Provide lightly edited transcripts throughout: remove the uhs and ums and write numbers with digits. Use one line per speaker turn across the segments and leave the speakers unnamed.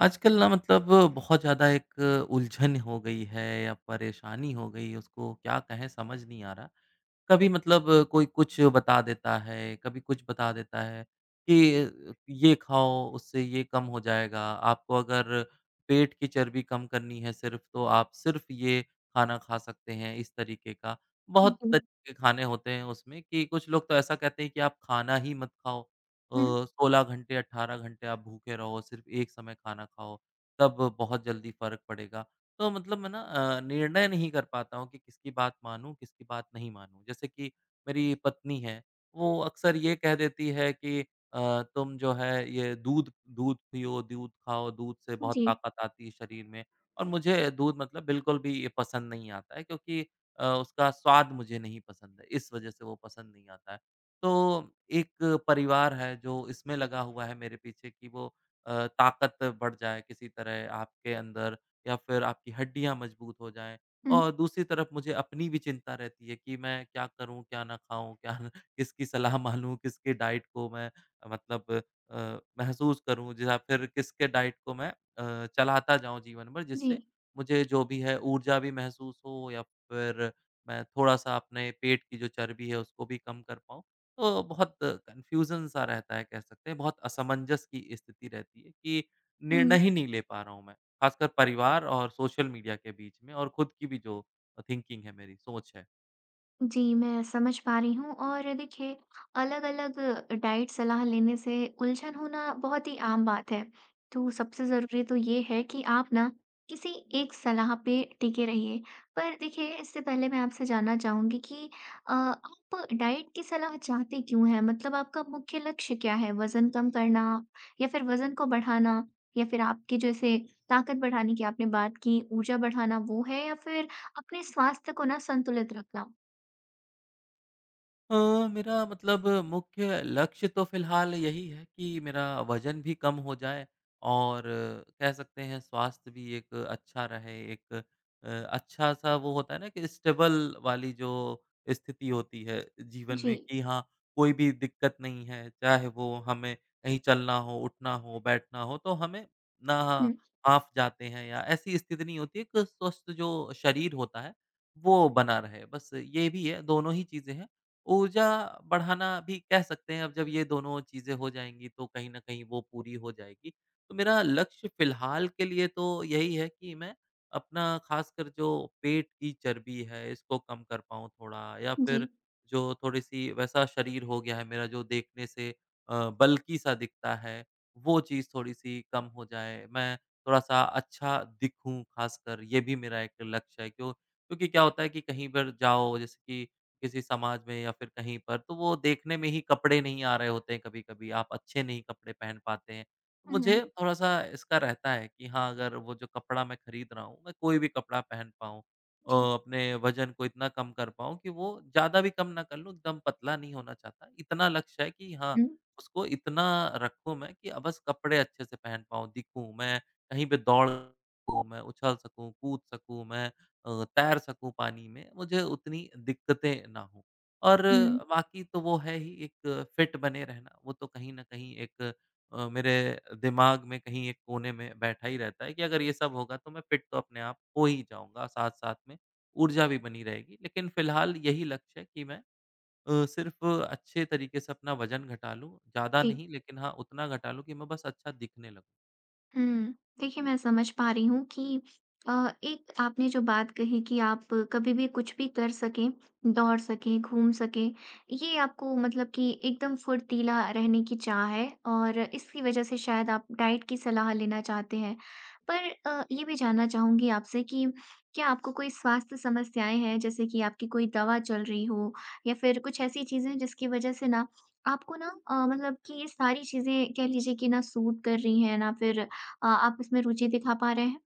आजकल ना मतलब बहुत ज़्यादा एक उलझन हो गई है या परेशानी हो गई, उसको क्या कहें समझ नहीं आ रहा। कभी मतलब कोई कुछ बता देता है, कभी कुछ बता देता है कि ये खाओ, उससे ये कम हो जाएगा। आपको अगर पेट की चर्बी कम करनी है सिर्फ़, तो आप सिर्फ़ ये खाना खा सकते हैं, इस तरीके का। बहुत
जी।
तरीके के खाने होते हैं उसमें कि कुछ लोग तो ऐसा कहते हैं कि आप खाना ही मत खाओ।
हुँ,
16 घंटे, 18 घंटे आप भूखे रहो, सिर्फ़ एक समय खाना खाओ, तब बहुत जल्दी फ़र्क पड़ेगा। तो मतलब मैं ना निर्णय नहीं कर पाता हूँ कि किसकी बात मानूँ, किसकी बात नहीं मानूँ। जैसे कि मेरी पत्नी है, वो अक्सर ये कह देती है कि तुम जो है ये दूध दूध पियो, दूध खाओ, दूध से
हुँ।
बहुत
जी।
ताकत आती है शरीर में। और मुझे दूध मतलब बिल्कुल भी ये पसंद नहीं आता है क्योंकि उसका स्वाद मुझे नहीं पसंद है, इस वजह से वो पसंद नहीं आता है। तो एक परिवार है जो इसमें लगा हुआ है मेरे पीछे कि वो ताकत बढ़ जाए किसी तरह आपके अंदर या फिर आपकी हड्डियाँ मजबूत हो जाएँ।
हुँ,
और दूसरी तरफ मुझे अपनी भी चिंता रहती है कि मैं क्या करूँ, क्या ना खाऊँ, क्या न किसकी सलाह मानूँ, किसके डाइट को मैं मतलब महसूस करूँ ज या फिर किसके डाइट को मैं चलाता जाऊँ जीवन भर,
जी।
जिससे मुझे जो भी है ऊर्जा भी महसूस हो या फिर मैं थोड़ा-सा अपने पेट की जो चर्बी है उसको भी कम कर पाऊँ। तो बहुत कन्फ्यूज़न सा रहता है कह सकते हैं, बहुत असमंजस की स्थिति रहती है कि
हुँ।
निर्णय ही नहीं ले पा रहा हूँ मैं। ख़ासकर परिवार और सोशल मीडिया के बीच में और खुद की भी जो थिंकिंग है मेरी, सोच है।
जी, मैं समझ पा रही हूँ और देखिए अलग-अलग डाइट सलाह लेने से उलझन होना बहुत ही आम बात है। तो सबसे ज़रूरी तो ये है कि आप ना किसी एक सलाह पे टिके रहिए। पर देखिए इससे पहले मैं आपसे जानना चाहूँगी कि आप डाइट की सलाह चाहते क्यों हैं? मतलब आपका मुख्य लक्ष्य क्या है? वज़न कम करना या फिर वज़न को बढ़ाना या फिर आपकी जैसे ताकत बढ़ाने की आपने बात की, ऊर्जा बढ़ाना वो है या फिर अपने स्वास्थ्य को ना संतुलित रखना?
मेरा मतलब मुख्य लक्ष्य तो फ़िलहाल यही है कि मेरा वज़न भी कम हो जाए और कह सकते हैं स्वास्थ्य भी एक अच्छा रहे, एक अच्छा-सा वो होता है ना कि स्टेबल वाली जो स्थिति होती है जीवन
जी।
में कि हाँ, कोई भी दिक्कत नहीं है, चाहे वो हमें कहीं चलना हो, उठना हो, बैठना हो, तो हमें ना
हुँ।
हाँफ जाते हैं या ऐसी स्थिति नहीं होती, एक स्वस्थ जो शरीर होता है, वो बना रहे। बस ये भी है, दोनों ही चीज़ें हैं। ऊर्जा बढ़ाना भी कह सकते हैं, अब जब ये दोनों चीज़ें हो जाएँगी तो कहीं न कहीं वो पूरी हो जाएगी। तो मेरा लक्ष्य फ़िलहाल के लिए तो यही है कि मैं अपना ख़ासकर जो पेट की चर्बी है इसको कम कर पाऊँ थोड़ा या
जी।
फिर जो थोड़ी-सी वैसा शरीर हो गया है मेरा जो देखने से बल्की-सा दिखता है, वो चीज़ थोड़ी-सी कम हो जाए। मैं थोड़ा-सा अच्छा दिखूँ, ख़ासकर ये भी मेरा एक लक्ष्य है क्योंकि क्या होता है कि कहीं पर जाओ जैसे कि किसी समाज में या फिर कहीं पर, तो वो देखने में ही कपड़े नहीं आ रहे होते हैं कभी-कभी, आप अच्छे नहीं कपड़े पहन पाते हैं।
हुँ, हुँ।
मुझे थोड़ा-सा इसका रहता है कि हाँ, अगर वो जो कपड़ा मैं खरीद रहा हूँ, मैं कोई भी कपड़ा पहन पाऊँ,
जी।
अपने वज़न को इतना कम कर पाऊँ कि वो ज़्यादा भी कम ना कर लूँ, एकदम पतला नहीं होना चाहता। इतना लक्ष्य है कि हाँ,
हुँ,
उसको इतना रखूँ मैं कि बस कपड़े अच्छे से पहन पाऊँ, दिखूँ मैं, कहीं पे दौड़ सकूँ मैं, उछल सकूँ, कूद सकूँ मैं, तैर सकूँ पानी में, मुझे उतनी दिक्कतें ना हों। और
हुँ,
बाकी तो वो है ही एक फिट बने रहना, वो तो कहीं न कहीं एक मेरे दिमाग में कहीं एक कोने में बैठा ही रहता है कि अगर ये सब होगा तो मैं फिट तो अपने आप हो ही जाऊँगा, साथ-साथ में ऊर्जा भी बनी रहेगी। लेकिन फ़िलहाल यही लक्ष्य है कि मैं सिर्फ़ अच्छे तरीके से अपना वज़न घटा लूँ, ज़्यादा
जी।
नहीं लेकिन हाँ, उतना घटा लूँ कि मैं बस अच्छा दिखने लगूँ।
हुँ। देखिए, मैं समझ पा रही हूँ कि अ, एक आपने जो बात कही कि आप कभी भी कुछ भी कर सकें, दौड़ सकें, घूम सकें, ये आपको मतलब कि एकदम फुर्तीला रहने की चाह है और इसकी वजह से शायद आप डाइट की सलाह लेना चाहते हैं। पर ये भी जानना चाहूँगी आपसे कि क्या आपको कोई स्वास्थ्य समस्याएँ हैं, जैसे कि आपकी कोई दवा चल रही हो या फिर कुछ ऐसी चीज़ें जिसकी वजह से ना आपको ना मतलब कि ये सारी चीज़ें कह लीजिए कि ना सूट कर रही हैं, ना फिर आप इसमें रुचि दिखा पा रहे हैं?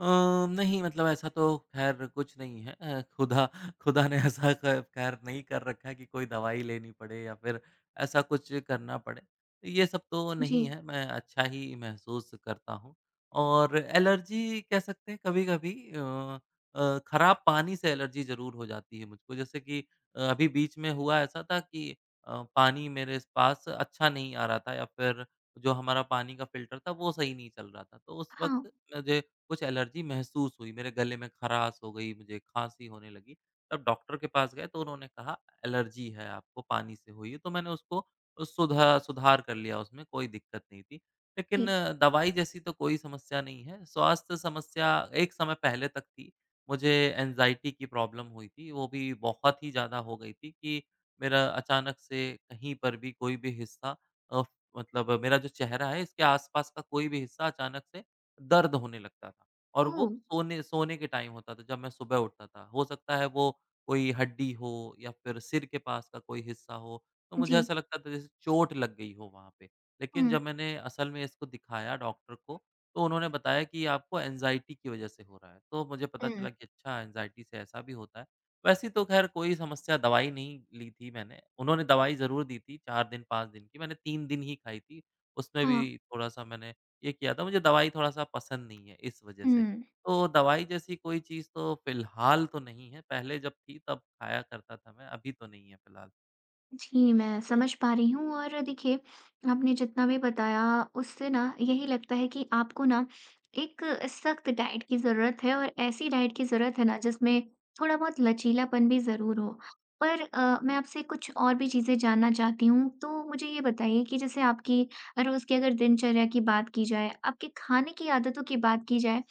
अ, नहीं मतलब ऐसा तो ख़ैर कुछ नहीं है, खुदा खुदा ने ऐसा क ख़ैर नहीं कर रखा है कि कोई दवाई लेनी पड़े या फिर ऐसा कुछ करना पड़े। ये सब तो नहीं
जी,
है, मैं अच्छा ही महसूस करता हूँ और एलर्जी कह सकते हैं कभी-कभी ख़राब पानी से एलर्जी ज़रूर हो जाती है मुझको। जैसे कि अभी बीच में हुआ ऐसा था कि पानी मेरे इस पास अच्छा नहीं आ रहा था या फिर जो हमारा पानी का फ़िल्टर था वो सही नहीं चल रहा था। तो उस
हाँ,
वक़्त मुझे कुछ एलर्जी महसूस हुई, मेरे गले में खराश हो गई, मुझे खाँसी होने लगी। तब डॉक्टर के पास गए तो उन्होंने कहा एलर्जी है आपको, पानी से हुई है, तो मैंने उसको सुधार कर लिया, उसमें कोई दिक्कत नहीं थी। लेकिन
ठीक है।
दवाई जैसी तो कोई समस्या नहीं है, स्वास्थ्य समस्या एक समय पहले तक थी। मुझे एंग्ज़ायटी की प्रॉब्लम हुई थी, वो भी बहुत ही ज़्यादा हो गई थी कि मेरा अचानक से कहीं पर भी कोई भी हिस्सा, अ, मतलब मेरा जो चेहरा है इसके आस-पास का कोई भी हिस्सा अचानक से दर्द होने लगता था और वो
ओह!
सोने सोने के टाइम होता था जब मैं सुबह उठता था। हो सकता है वो कोई हड्डी हो या फिर सिर के पास का कोई हिस्सा हो, तो मुझे
जी।
ऐसा लगता था जैसे चोट लग गई हो वहाँ पे। लेकिन
हुँ,
जब मैंने असल में इसको दिखाया डॉक्टर को, तो उन्होंने बताया कि ये आपको एंग्ज़ायटी की वज़ह से हो रहा है। तो मुझे पता
हुँ,
चला कि अच्छा, एंग्ज़ायटी से ऐसा भी होता है। वैसे तो ख़ैर कोई समस्या, दवाई नहीं ली थी मैंने। उन्होंने दवाई ज़रूर दी थी 4 दिन, 5 दिन की। मैंने 3 दिन ही खाई थी। उसमें
हाँ,
भी थोड़ा-सा मैंने ये किया था, मुझे दवाई थोड़ा-सा पसंद नहीं है इस वज़ह से।
हुँ।
तो दवाई जैसी कोई चीज़ तो फ़िलहाल तो नहीं है, पहले जब थी तब खाया करता था मैं, अभी तो नहीं है फ़िलहाल।
जी, मैं समझ पा रही हूँ और देखिए, आपने जितना भी बताया उससे ना यही लगता है कि आपको ना एक सख्त डाइट की ज़रूरत है और ऐसी डाइट की ज़रूरत है ना जिसमें थोड़ा बहुत लचीलापन भी ज़रूर हो। पर मैं आपसे कुछ और भी चीज़ें जानना चाहती हूँ, तो मुझे ये बताइए कि जैसे आपकी रोज़ की अगर दिनचर्या की बात की जाए, आपके खाने की आदतों की बात की जाए,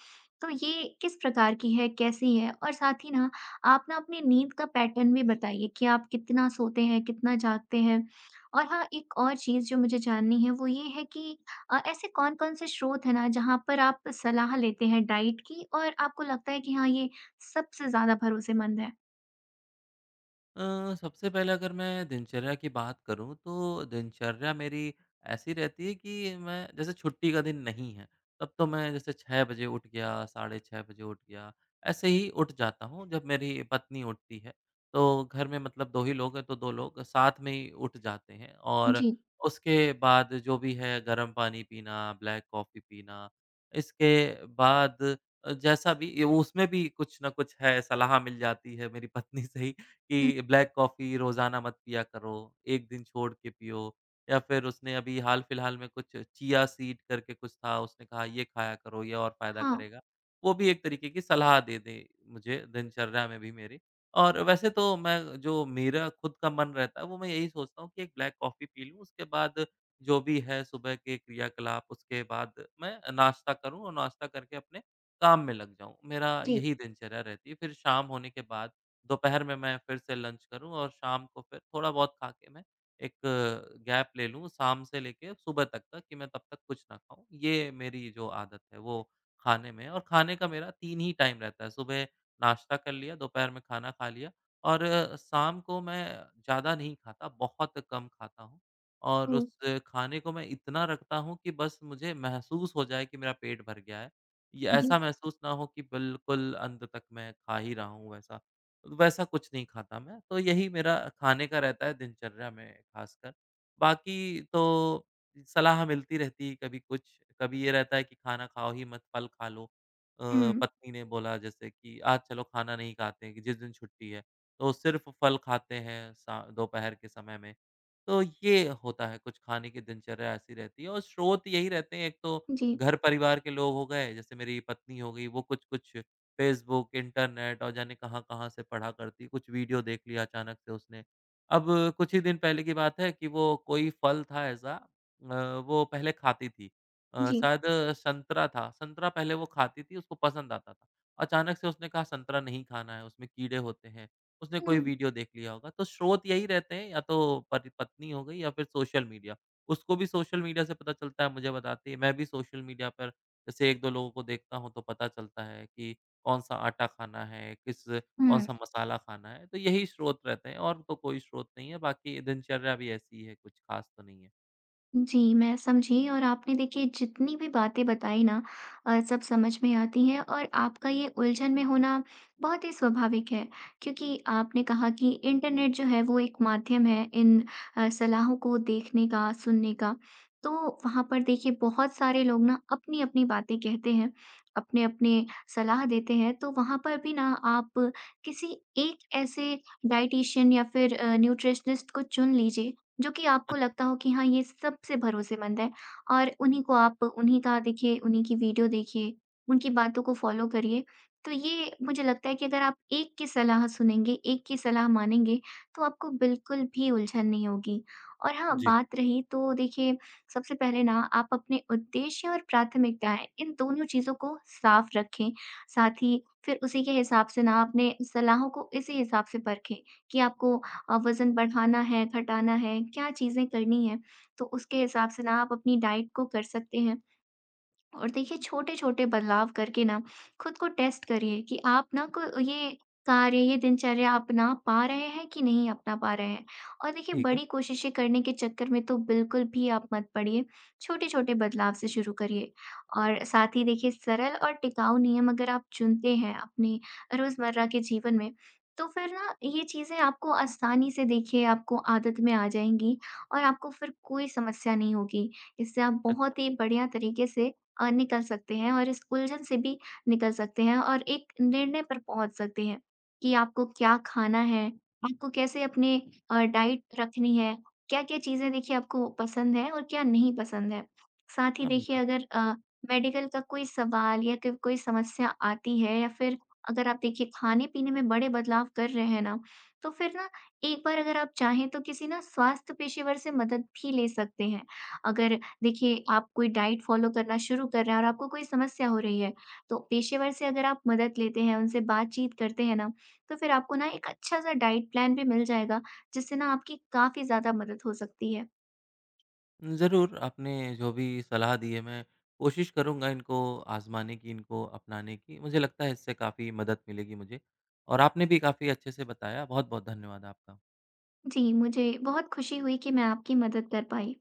तो ये किस प्रकार की है, कैसी है? और साथ ही ना आप ना अपनी नींद का पैटर्न भी बताइए कि आप कितना सोते हैं, कितना जागते हैं? और हाँ, एक और चीज़ जो मुझे जाननी है वो ये है कि ऐसे कौन-कौन से स्रोत हैं ना जहाँ पर आप सलाह लेते हैं डाइट की और आपको लगता है कि हाँ, ये सबसे ज़्यादा भरोसेमंद है?
सबसे पहले अगर मैं दिनचर्या की बात करूँ तो दिनचर्या मेरी ऐसी रहती है कि मैं जैसे छुट्टी का दिन नहीं है, तब तो मैं जैसे 6 बजे उठ गया, साढ़े 6 बजे उठ गया, ऐसे ही उठ जाता हूँ जब मेरी पत्नी उठती है। तो घर में मतलब 2 ही लोग हैं, तो 2 लोग साथ में ही उठ जाते हैं और
जी।
उसके बाद जो भी है गर्म पानी पीना, ब्लैक कॉफ़ी पीना, इसके बाद जैसा भी ये, उसमें भी कुछ न कुछ है, सलाह मिल जाती है मेरी पत्नी से ही
हुँ,
कि ब्लैक कॉफ़ी रोज़ाना मत पिया करो, 1 दिन छोड़ के पियो या फिर उसने अभी हाल-फिलहाल में कुछ चिया सीड करके कुछ था, उसने कहा ये खाया करो, ये और फ़ायदा
हाँ।
करेगा। वो भी एक तरीके की सलाह दे दे मुझे दिनचर्या में भी मेरी, और वैसे तो मैं जो मेरा खुद का मन रहता है, वो मैं यही सोचता हूँ कि एक ब्लैक कॉफ़ी पी लूँ, उसके बाद जो भी है सुबह के क्रियाकलाप, उसके बाद मैं नाश्ता करूँ और नाश्ता करके अपने काम में लग जाऊँ। मेरा
जी।
यही दिनचर्या रहती है, फिर शाम होने के बाद, दोपहर में मैं फिर से लंच करूँ और शाम को फिर थोड़ा-बहुत खा के मैं एक गैप ले लूँ शाम से लेके सुबह तक का कि मैं तब तक कुछ ना खाऊँ। ये मेरी जो आदत है वो खाने में है और खाने का मेरा 3 ही टाइम रहता है। सुबह नाश्ता कर लिया, दोपहर में खाना खा लिया और शाम को मैं ज़्यादा नहीं खाता, बहुत कम खाता हूँ और
हुँ,
उस खाने को मैं इतना रखता हूँ कि बस मुझे महसूस हो जाए कि मेरा पेट भर गया है। ये
जी।
ऐसा महसूस ना हो कि बिल्कुल अंत तक मैं खा ही रहा हूँ वैसा। तो वैसा कुछ नहीं खाता मैं, तो यही मेरा खाने का रहता है दिनचर्या में खासकर। बाकी तो सलाह मिलती रहती है कभी कुछ, कभी ये रहता है कि खाना खाओ ही मत, फल खा लो।
हुँ,
पत्नी ने बोला जैसे कि आज चलो खाना नहीं खाते कि जिस दिन छुट्टी है, तो सिर्फ़ फल खाते हैं सा दोपहर के समय में। तो ये होता है कुछ, खाने की दिनचर्या ऐसी रहती है, और स्रोत यही रहते हैं, एक तो
जी,
घर परिवार के लोग हो गए, जैसे मेरी पत्नी हो गई, वो कुछ-कुछ फेसबुक, इंटरनेट और जाने कहाँ-कहाँ से पढ़ा करती, कुछ वीडियो देख लिया अचानक से उसने। अब कुछ ही दिन पहले की बात है कि वो कोई फल था ऐसा, अ, वो पहले खाती थी,
जी।
शायद संतरा था, संतरा पहले वो खाती थी, उसको पसंद आता था। अचानक से उसने कहा संतरा नहीं खाना है, उसमें कीड़े होते हैं, उसने कोई
हुँ,
वीडियो देख लिया होगा। तो स्रोत यही रहते हैं, या तो पति पत्नी हो गई या फिर सोशल मीडिया। उसको भी सोशल मीडिया से पता चलता है, मुझे बताती है, मैं भी सोशल मीडिया पर जैसे 1-2 लोगों को देखता हूँ तो पता चलता है कि कौन-सा आटा खाना है, किस
हुँ।
कौन-सा मसाला खाना है, तो यही स्रोत रहते हैं और तो कोई स्रोत नहीं है, बाकी दिनचर्या भी ऐसी ही है, कुछ ख़ास तो नहीं है।
जी, मैं समझी और आपने देखिए जितनी भी बातें बताई ना सब समझ में आती हैं और आपका ये उलझन में होना बहुत ही स्वाभाविक है। क्योंकि आपने कहा कि इंटरनेट जो है वो एक माध्यम है इन सलाहों को देखने का, सुनने का। तो वहाँ पर देखिए बहुत सारे लोग ना अपनी-अपनी बातें कहते हैं, अपने-अपने सलाह देते हैं। तो वहाँ पर भी ना आप किसी एक ऐसे डायटीशियन या फिर न्यूट्रिशनिस्ट को चुन लीजिए जो कि आपको लगता हो कि हाँ, ये सबसे भरोसेमंद है और उन्हीं को आप उन्हीं का देखिए, उन्हीं की वीडियो देखिए, उनकी बातों को फ़ॉलो करिए। तो ये मुझे लगता है कि अगर आप एक की सलाह सुनेंगे, एक की सलाह मानेंगे, तो आपको बिल्कुल भी उलझन नहीं होगी। और हाँ, बात रही तो देखिए, सबसे पहले ना आप अपने उद्देश्य और प्राथमिकताएँ, इन दोनों चीज़ों को साफ़ रखें। साथ ही फिर उसी के हिसाब से ना अपने सलाहों को इसी हिसाब से परखें कि आपको वज़न बढ़ाना है, घटाना है, क्या चीज़ें करनी हैं, तो उसके हिसाब से ना आप अपनी डाइट को कर सकते हैं। और देखिए छोटे-छोटे बदलाव करके ना खुद को टेस्ट करिए कि आप ना को ये कार्य, ये दिनचर्या अपना पा रहे हैं कि नहीं अपना पा रहे हैं। और देखिए
ठीक है,
बड़ी कोशिशें करने के चक्कर में तो बिल्कुल भी आप मत पड़िए, छोटे-छोटे बदलाव से शुरू करिए। और साथ ही देखिए सरल और टिकाऊ नियम अगर आप चुनते हैं अपने रोज़मर्रा के जीवन में, तो फिर ना ये चीज़ें आपको आसानी से देखिए आपको आदत में आ जाएँगी और आपको फिर कोई समस्या नहीं होगी। इससे आप
अच्छा,
बहुत ही बढ़िया तरीके से निकल सकते हैं और इस उलझन से भी निकल सकते हैं और एक निर्णय पर पहुँच सकते हैं कि आपको क्या खाना है, आपको कैसे अपने डाइट रखनी है, क्या-क्या चीज़ें देखिए आपको पसंद है और क्या नहीं पसंद है। साथ ही देखिए
समझा।
अगर मेडिकल का कोई सवाल या क कोई समस्या आती है या फिर अगर आप देखिए खाने-पीने में बड़े बदलाव कर रहे हैं ना, तो फिर ना एक बार अगर आप चाहें तो किसी ना स्वास्थ्य पेशेवर से मदद भी ले सकते हैं। अगर देखिए, आप कोई डाइट फ़ॉलो करना शुरू कर रहे हैं और आपको कोई समस्या हो रही है, तो पेशेवर से अगर आप मदद लेते हैं, उनसे बातचीत करते हैं ना, तो फिर आपको ना एक अच्छा-सा डाइट प्लान भी मिल जाएगा, जिससे ना आपकी काफ़ी ज़्यादा मदद हो सकती है।
ज़रूर, आपने जो भी सलाह दी है, मैं कोशिश करूँगा इनको आज़माने की, इनको अपनाने की। मुझे लगता है इससे काफ़ी मदद मिलेगी मुझे और आपने भी काफ़ी अच्छे से बताया, बहुत-बहुत धन्यवाद आपका।
जी, मुझे बहुत खुशी हुई कि मैं आपकी मदद कर पाई।